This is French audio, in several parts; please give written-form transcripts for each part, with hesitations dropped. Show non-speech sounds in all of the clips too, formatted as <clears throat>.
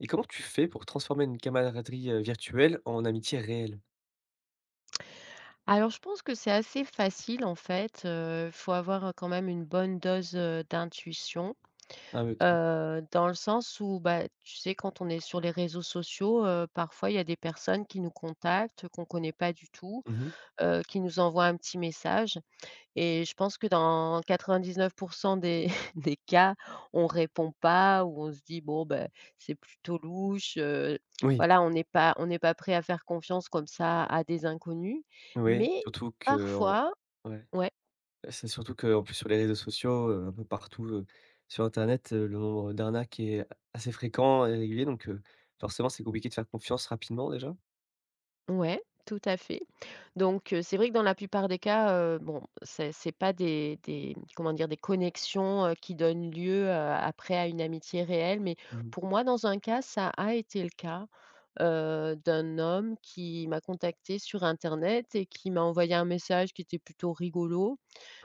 Et comment tu fais pour transformer une camaraderie, virtuelle en amitié réelle? Alors je pense que c'est assez facile en fait, il faut avoir, quand même une bonne dose, d'intuition, Ah OK. Dans le sens où, bah, tu sais quand on est sur les réseaux sociaux, parfois il y a des personnes qui nous contactent, qu'on ne connaît pas du tout, Mmh. Qui nous envoient un petit message. Et je pense que dans 99 des <laughs> des cas, on répond pas ou on se dit: «Bon, ben c'est plutôt louche», Oui, voilà, on n'est pas prêt à faire confiance comme ça à des inconnus. oui, Mais surtout qu'en parfois, ouais, ouais, bah, c'est surtout que en plus sur les réseaux sociaux, un peu partout, sur internet, le nombre d'arnaques est assez fréquent et régulier donc forcément c'est compliqué de faire confiance rapidement déjà. ouais, tout à fait. Donc c'est vrai que dans la plupart des cas, bon, c'est pas des comment dire? Des connexions, qui donnent lieu, après à une amitié réelle, mais Mmh. pour moi, dans un cas, ça a été le cas. D'un homme qui m'a contactée sur internet et qui m'a envoyé un message qui était plutôt rigolo.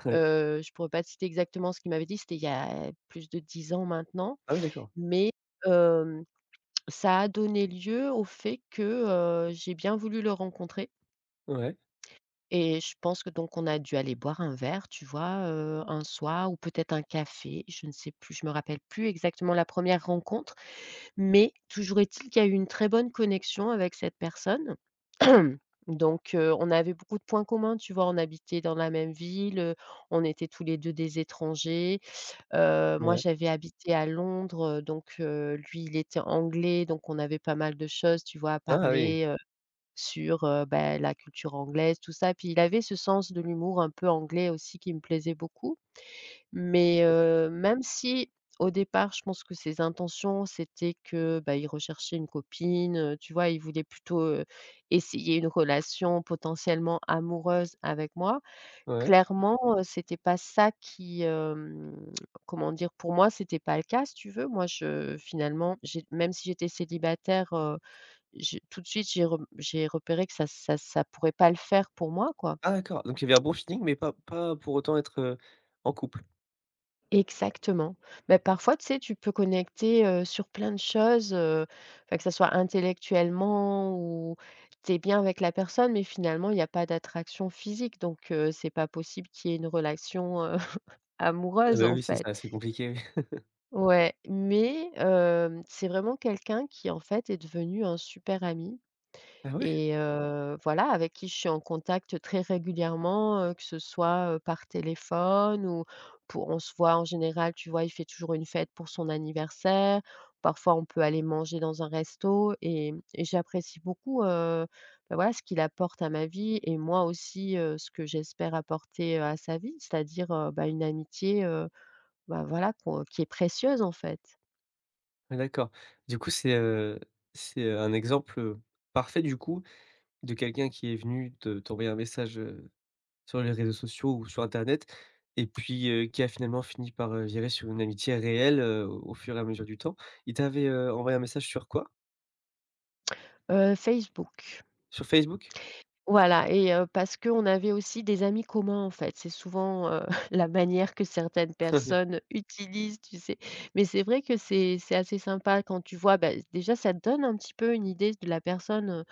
Ouais. Je pourrais pas te citer exactement ce qu'il m'avait dit, c'était il y a plus de 10 ans maintenant, Ah oui d'accord. mais hem, ça a donné lieu au fait que, j'ai bien voulu le rencontrer. Ouais, Et je pense que donc on a dû aller boire un verre, tu vois, un soir ou peut-être un café, je ne sais plus, je me rappelle plus exactement la première rencontre, mais toujours est-il qu'il y a eu une très bonne connexion avec cette personne. <clears throat> Donc, on avait beaucoup de points communs, tu vois? On habitait dans la même ville, on était tous les 2 des étrangers. Moi, ouais. j'avais habité à Londres, donc lui, il était anglais, donc on avait pas mal de choses, tu vois, à Ah oui, parler, sur, bah, la culture anglaise, tout ça. Puis il avait ce sens de l'humour un peu anglais aussi qui me plaisait beaucoup. Mais même si au départ, je pense que ses intentions, c'était que, bah, il recherchait une copine, tu vois? Il voulait plutôt, essayer une relation potentiellement amoureuse avec moi. ouais. Clairement, c'était pas ça qui, <tsk> comment dire? Pour moi, c'était pas le cas, si tu veux. Moi, je finalement, j'ai même si j'étais célibataire, j'ai tout de suite, j'ai repéré que ça pourrait pas le faire pour moi, quoi. Ah d'accord, donc il y avait un bon feeling mais pas pour autant être, en couple? Exactement. Mais parfois, tu sais, tu peux connecter, sur plein de choses, enfin, que ça soit intellectuellement ou tu es bien avec la personne, mais finalement, il n'y a pas d'attraction physique, donc c'est pas possible qu'il y ait une relation, <laughs> Ah amoureuse, bah en oui, c'est fait. ça, c'est compliqué. <laughs> Ouais, mais c'est vraiment quelqu'un qui, en fait, est devenu un super ami. Ah ouais? Et voilà, avec qui je suis en contact très régulièrement, que ce soit, par téléphone ou pour on se voit en général, tu vois? Il fait toujours une fête pour son anniversaire. Parfois, on peut aller manger dans un resto et j'apprécie beaucoup, bah, voilà, ce qu'il apporte à ma vie et moi aussi, ce que j'espère apporter, à sa vie, c'est-à-dire, bah, une amitié, bah, voilà, qu'on qui est précieuse, en fait. Ouais, d'accord. Du coup, c'est, un exemple, parfait du coup de quelqu'un qui est venu te t'envoyer un message, sur les réseaux sociaux ou sur internet et puis, qui a finalement fini par, virer sur une amitié réelle, au fur et à mesure du temps. Il t'avait, envoyé un message sur quoi? Facebook. Sur Facebook? Voilà, et parce qu'on avait aussi des amis communs, en fait. C'est souvent, <laughs> la manière que certaines <laughs> personnes utilisent, tu sais? Mais c'est vrai que c'est assez sympa quand tu vois, bah, déjà, ça te donne un petit peu une idée de la personne,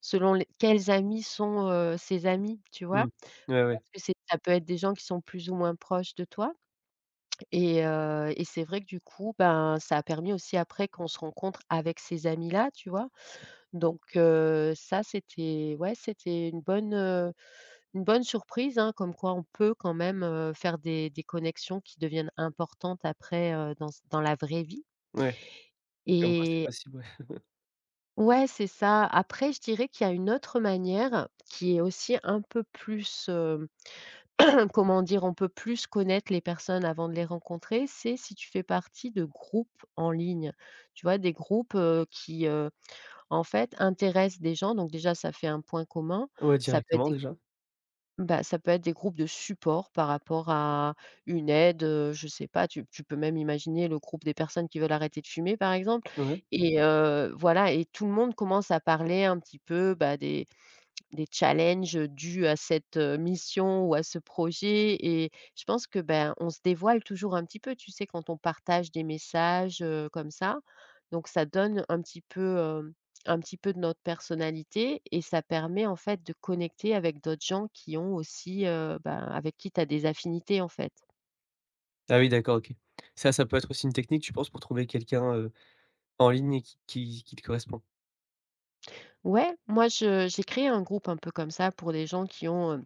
selon les quels amis sont, ses amis, tu Mmh. vois? Ouais, ouais, Parce que c'est ça peut être des gens qui sont plus ou moins proches de toi et c'est vrai que du coup, ben, ça a permis aussi après qu'on se rencontre avec ces amis-là, tu vois? Donc ça, c'était, ouais, c'était une bonne surprise, hein, comme quoi on peut quand même, faire des connexions qui deviennent importantes après, dans la vraie vie, ouais, comme quoi c'est et possible, ouais. ouais, c'est ça. Après, je dirais qu'il y a une autre manière qui est aussi un peu plus, <clears throat> comment dire? On peut plus connaître les personnes avant de les rencontrer, c'est si tu fais partie de groupes en ligne. Tu vois? Des groupes, qui, en fait, intéressent des gens, donc déjà ça fait un point commun. Ouais, Ça peut être, directement déjà. bah, ça peut être des groupes de support par rapport à une aide, je sais pas, tu peux même imaginer le groupe des personnes qui veulent arrêter de fumer, par exemple, Ouais. et voilà, et tout le monde commence à parler un petit peu, bah, des challenges, dus à cette, mission ou à ce projet, et je pense que, ben, on se dévoile toujours un petit peu, tu sais, quand on partage des messages, comme ça. Donc ça donne un petit peu de notre personnalité, et ça permet, en fait, de connecter avec d'autres gens qui ont aussi, ben, avec qui tu as des affinités, en fait. Ah oui, d'accord, OK. Ça peut être aussi une technique, tu penses, pour trouver quelqu'un, en ligne et qui te correspond? Ouais, moi je j'ai créé un groupe un peu comme ça pour des gens qui ont,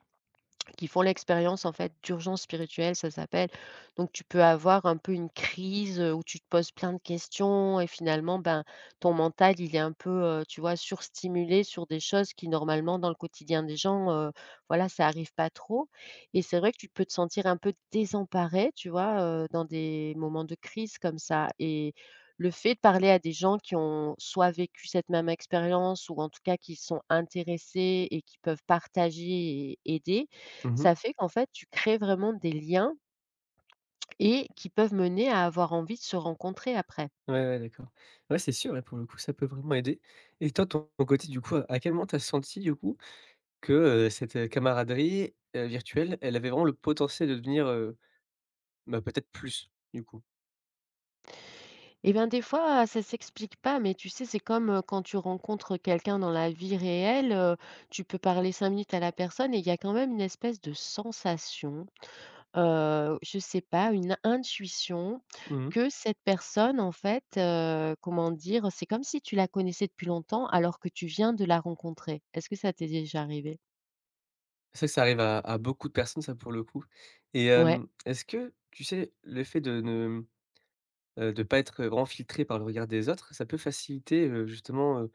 qui font l'expérience en fait d'urgence spirituelle, ça s'appelle. Donc tu peux avoir un peu une crise, où tu te poses plein de questions et finalement, ben, ton mental, il est un peu, tu vois, surstimulé sur des choses qui normalement dans le quotidien des gens, voilà, ça arrive pas trop, et c'est vrai que tu peux te sentir un peu désemparé, tu vois, dans des moments de crise comme ça, et le fait de parler à des gens qui ont soit vécu cette même expérience ou en tout cas qui sont intéressés et qui peuvent partager et aider, Mmh. ça fait qu'en fait, tu crées vraiment des liens et qui peuvent mener à avoir envie de se rencontrer après. Ouais, ouais, d'accord. Ouais, c'est sûr, ouais, pour le coup, ça peut vraiment aider. Et toi, ton côté, du coup, à quel moment tu as senti, du coup, que, cette, camaraderie, virtuelle, elle avait vraiment le potentiel de devenir, bah, peut-être plus, du coup? Eh bien, des fois, ça s'explique pas, mais tu sais, c'est comme, quand tu rencontres quelqu'un dans la vie réelle, tu peux parler 5 minutes à la personne et il y a quand même une espèce de sensation, je sais pas, une intuition Mmh. que cette personne, en fait, comment dire? C'est comme si tu la connaissais depuis longtemps alors que tu viens de la rencontrer. Est-ce que ça t'est déjà arrivé? C'est vrai que ça arrive à beaucoup de personnes, ça, pour le coup. Et Ouais. Est-ce que, tu sais, le fait de ne, de pas être, vraiment filtré par le regard des autres, ça peut faciliter, justement,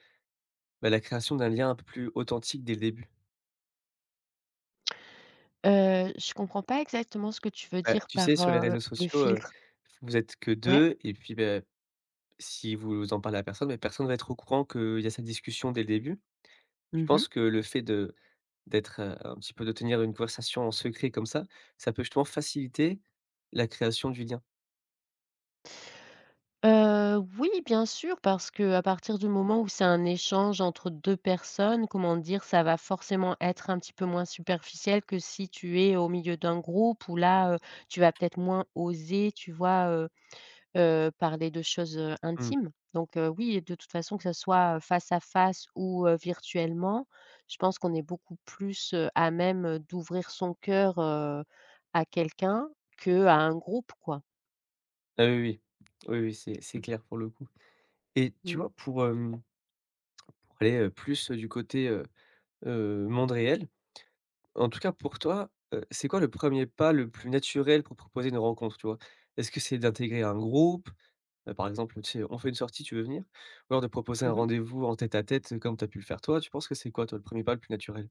bah, la création d'un lien un peu plus authentique dès le début? Je comprends pas exactement ce que tu veux Bah, dire tu sais, par, sur les réseaux le sociaux, filtre. vous êtes que Ouais? deux, et puis, beh, si vous en parlez à personne, mais personne va être au courant qu'il y a cette discussion dès le début? Tu Mmh mh. penses que le fait de un petit peu de tenir une conversation en secret comme ça peut justement faciliter la création du lien? Oui, bien sûr, parce qu'à partir du moment où c'est un échange entre 2 personnes, comment dire? Ça va forcément être un petit peu moins superficiel que si tu es au milieu d'un groupe où là, tu vas peut-être moins oser, tu vois? Parler de choses, Mmh. intimes. Donc oui, de toute façon, que ça soit, face à face ou virtuellement, je pense qu'on est beaucoup plus, à même, d'ouvrir son cœur, à quelqu'un que à un groupe, quoi. Ah oui, oui. Oui, oui, c'est clair pour le coup et tu Mmh. vois, pour, pour aller, plus du côté, monde réel, en tout cas pour toi, c'est quoi le premier pas le plus naturel pour proposer une rencontre, tu vois? Est-ce que c'est d'intégrer un groupe? Par exemple, tu sais, on fait une sortie, tu veux venir? Ou alors de proposer un Mmh, rendez-vous en tête-à-tête, comme tu as pu le faire toi, tu penses que c'est quoi toi, le premier pas le plus naturel?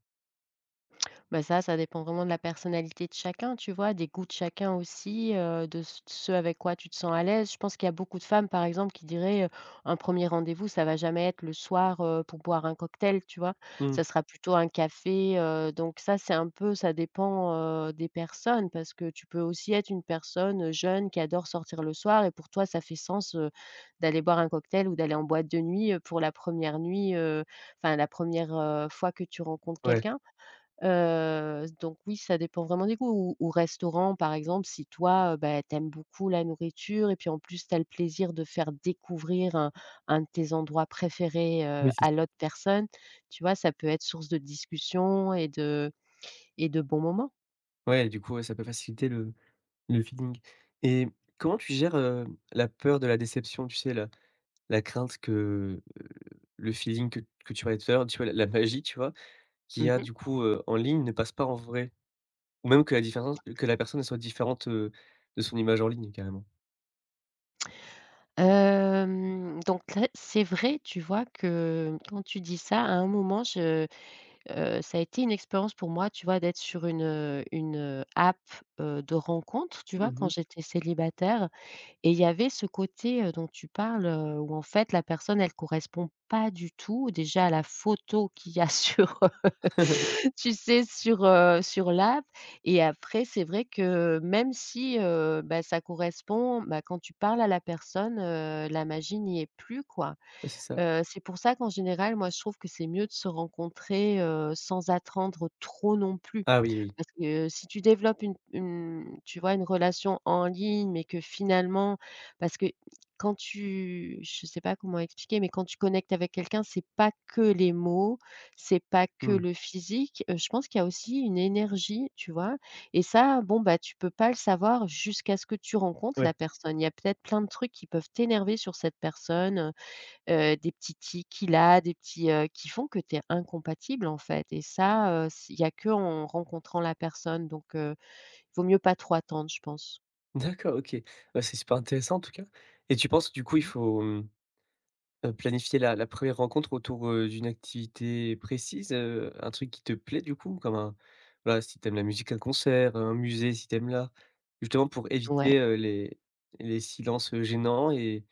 bah, ça dépend vraiment de la personnalité de chacun, tu vois? Des goûts de chacun aussi, de c ce avec quoi tu te sens à l'aise. Je pense qu'il y a beaucoup de femmes, par exemple, qui diraient, un premier rendez-vous, ça va jamais être le soir, pour boire un cocktail», tu vois? Mmh. Ça sera plutôt un café, donc ça, c'est un peu, ça dépend, des personnes, parce que tu peux aussi être une personne jeune qui adore sortir le soir et pour toi, ça fait sens, d'aller boire un cocktail ou d'aller en boîte de nuit, pour la première nuit, enfin la première re fois que tu rencontres Ouais. quelqu'un. Donc oui, ça dépend vraiment des goûts. Ou restaurant, par exemple, si toi, bah, tu beaucoup la nourriture, et puis, en plus, tu as le plaisir de faire découvrir un de tes endroits préférés, Oui, c'est à sûr. l'autre personne, tu vois? Ça peut être source de discussion et de bons moments. Ouais, du coup, ouais, ça peut faciliter le feeling. Et comment tu gères, la peur de la déception? Tu sais, la la crainte heu, le feeling que tu parlais tout à l'heure, tu vois, la la magie, tu vois, qu'il y Mmh a mh. du coup, en ligne ne passe pas en vrai ou même que la différence que la personne elle soit différente, de son image en ligne carrément. Donc là, c'est vrai, tu vois, que quand tu dis ça, à un moment, je ça a été une expérience pour moi, tu vois, d'être sur une app, de rencontre, tu vois, quand Mmh. j'étais célibataire. Et il y avait ce côté, dont tu parles, où en fait la personne elle correspond pas du tout déjà à la photo qu'il y a <laughs> sur, <laughs> <laughs> tu sais, sur l'app, et après c'est vrai que même si, bah, ça correspond, bah, quand tu parles à la personne, la magie n'y est plus, quoi. C'est ça. C'est pour ça qu'en général moi je trouve que c'est mieux de se rencontrer, sans attendre trop non plus. Ah oui, oui. Parce que si tu développes une tu vois, une relation en ligne, mais que finalement parce que quand tu je sais pas comment expliquer, mais quand tu connectes avec quelqu'un, c'est pas que les mots, c'est pas que Mmh. le physique, je pense qu'il y a aussi une énergie, tu vois? Et ça, bon, bah, tu peux pas le savoir jusqu'à ce que tu rencontres Ouais. la personne. Il y a peut-être plein de trucs qui peuvent t'énerver sur cette personne, des petits tics qu'il a, des petits, qui font que tu es incompatible en fait et ça, s il y a que en rencontrant la personne donc il vaut mieux pas trop attendre je pense. D'accord, OK. Bah, c'est super intéressant en tout cas et tu penses du coup il Mmh. faut, planifier la la première rencontre autour, d'une activité précise, un truc qui te plaît du coup? Comme un voilà, si t'aimes la musique, un concert, un musée si t'aimes aimes l'art, justement pour Ouais. éviter, les silences, gênants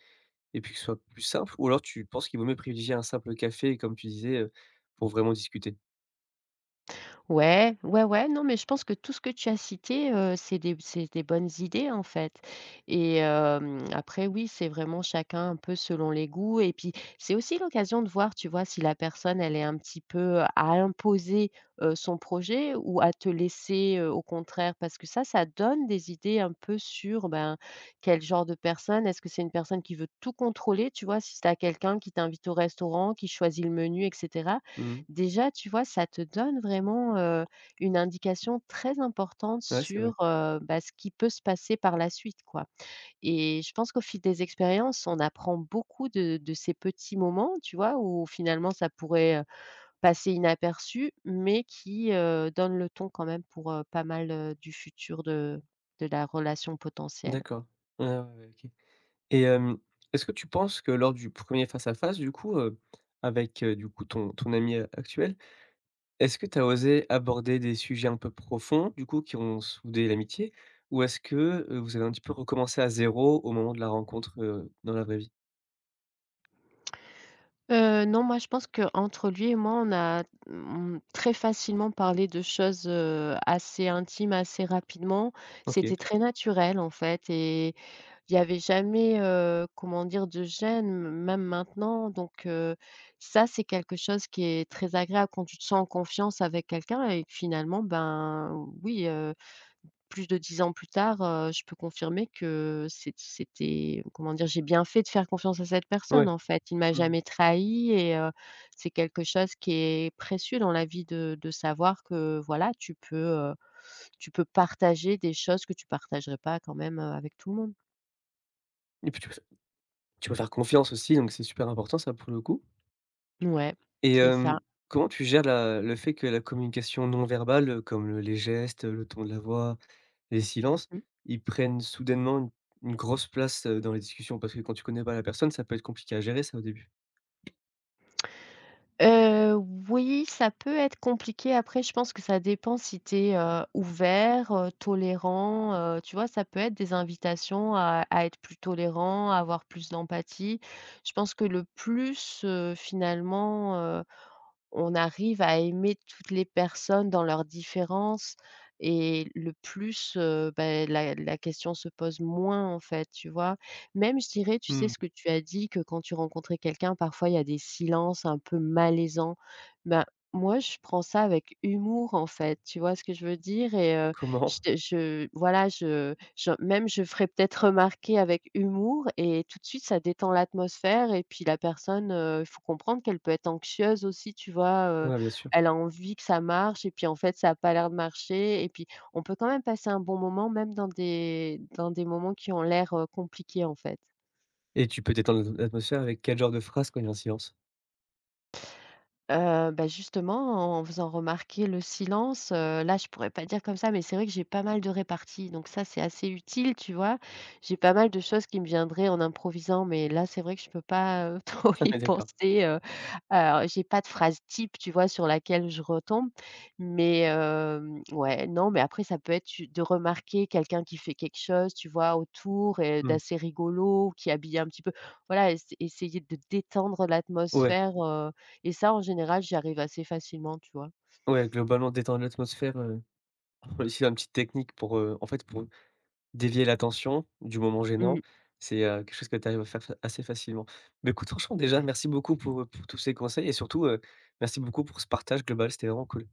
et puis que ce soit plus simple? Ou alors tu penses qu'il vaut mieux privilégier un simple café comme tu disais, pour vraiment discuter? Ouais, ouais, ouais, non, mais je pense que tout ce que tu as cité, c'est des bonnes idées, en fait et après oui, c'est vraiment chacun un peu selon les goûts et puis c'est aussi l'occasion de voir, tu vois, si la personne elle est un petit peu à imposer, son projet ou à te laisser, au contraire parce que ça donne des idées un peu sur, ben, quel genre de personne. Est-ce que c'est une personne qui veut tout contrôler, tu vois? Si tu as quelqu'un qui t'invite au restaurant, qui choisit le menu et cetera. Mhm. Déjà, tu vois, ça te donne vraiment, une indication très importante Ouais, c'est vrai. sur, bah, ce qui peut se passer par la suite, quoi. Et je pense qu'au fil des expériences, on apprend beaucoup de ces petits moments, tu vois, où finalement ça pourrait, passer inaperçu, mais qui, donnent le ton quand même pour, pas mal, du futur de la relation potentielle. D'accord. Ouais, ouais, ouais, OK. Et est-ce que tu penses que lors du premier face à face du coup, avec, du coup ton ami a actuel, est-ce que tu as osé aborder des sujets un peu profonds du coup qui ont soudé l'amitié? Ou est-ce que, vous avez un petit peu recommencé à zéro au moment de la rencontre, dans la vraie vie? Non, moi, je pense qu'entre lui et moi, on a on très facilement parlé de choses, assez intimes, assez rapidement. OK, C'était très naturel, en fait. Et il y avait jamais, comment dire, de gêne, même maintenant. Donc ça, c'est quelque chose qui est très agréable quand tu te sens en confiance avec quelqu'un et que finalement, ben, oui, heu, plus de 10 ans plus tard, je peux confirmer que c'était comment dire? J'ai bien fait de faire confiance à cette ouais. personne, en fait. Il ne m'a Mmh. jamais trahi et c'est quelque chose qui est précieux dans la vie de savoir que, voilà, tu peux partager des choses que tu partagerais pas quand même, avec tout le monde. Et puis tu peux faire confiance aussi, donc c'est super important ça pour le coup. Ouais, Et c'est ça. comment tu gères la le fait que la communication non verbale, comme, les gestes, le ton de la voix, les silences, Mmh. ils prennent soudainement une grosse place, dans les discussions parce que quand tu connais pas la personne, ça peut être compliqué à gérer ça au début. Heu, oui, ça peut être compliqué. Après, je pense que ça dépend si tu es, ouvert, tolérant, tu vois? Ça peut être des invitations à être plus tolérant, à avoir plus d'empathie. Je pense que le plus, finalement, on arrive à aimer toutes les personnes dans leurs différences et le plus, beh, la question se pose moins, en fait, tu vois? Même je dirais, tu sais Mmh. ce que tu as dit, que quand tu rencontrais quelqu'un, parfois il y a des silences un peu malaisants. Ben, moi, je prends ça avec humour, en fait, tu vois ce que je veux dire? Et Comment? je voilà, je même je ferai peut-être remarquer avec humour et tout de suite ça détend l'atmosphère et puis la personne, il faut comprendre qu'elle peut être anxieuse aussi, tu vois? Ouais, bien sûr. Elle a envie que ça marche et puis en fait ça a pas l'air de marcher et puis on peut quand même passer un bon moment même dans des moments qui ont l'air, compliqués en fait. Et tu peux détendre l'atmosphère avec quel genre de phrase quand il y a un silence? Bah, justement, en faisant remarquer le silence, là, je pourrais pas dire comme ça, mais c'est vrai que j'ai pas mal de réparties, donc ça, c'est assez utile, tu vois? J'ai pas mal de choses qui me viendraient en improvisant, mais là, c'est vrai que je peux pas, <laughs> trop Ah y ouais, d'accord. penser, alors j'ai pas de phrase type, tu vois, sur laquelle je retombe, mais ouais, non, mais après ça peut être tu de remarquer quelqu'un qui fait quelque chose, tu vois, autour et Mmh. d'assez rigolo, qui habille un petit peu voilà, essayer de détendre Ouais, l'atmosphère, et ça, en général, j'y arrive assez facilement, tu vois? ouais, globalement détendre l'atmosphère, on utilise une petite technique pour, en fait, pour dévier l'attention du moment Mmh. gênant, c'est, quelque chose que tu arrives à faire fa assez facilement. Mais écoute, franchement, déjà, Ouais. merci beaucoup pour tous ces conseils et surtout, merci beaucoup pour ce partage global, c'était vraiment cool.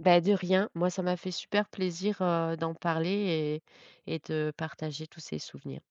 Bah, de rien. Moi, ça m'a fait super plaisir, d'en parler et de partager tous ces souvenirs.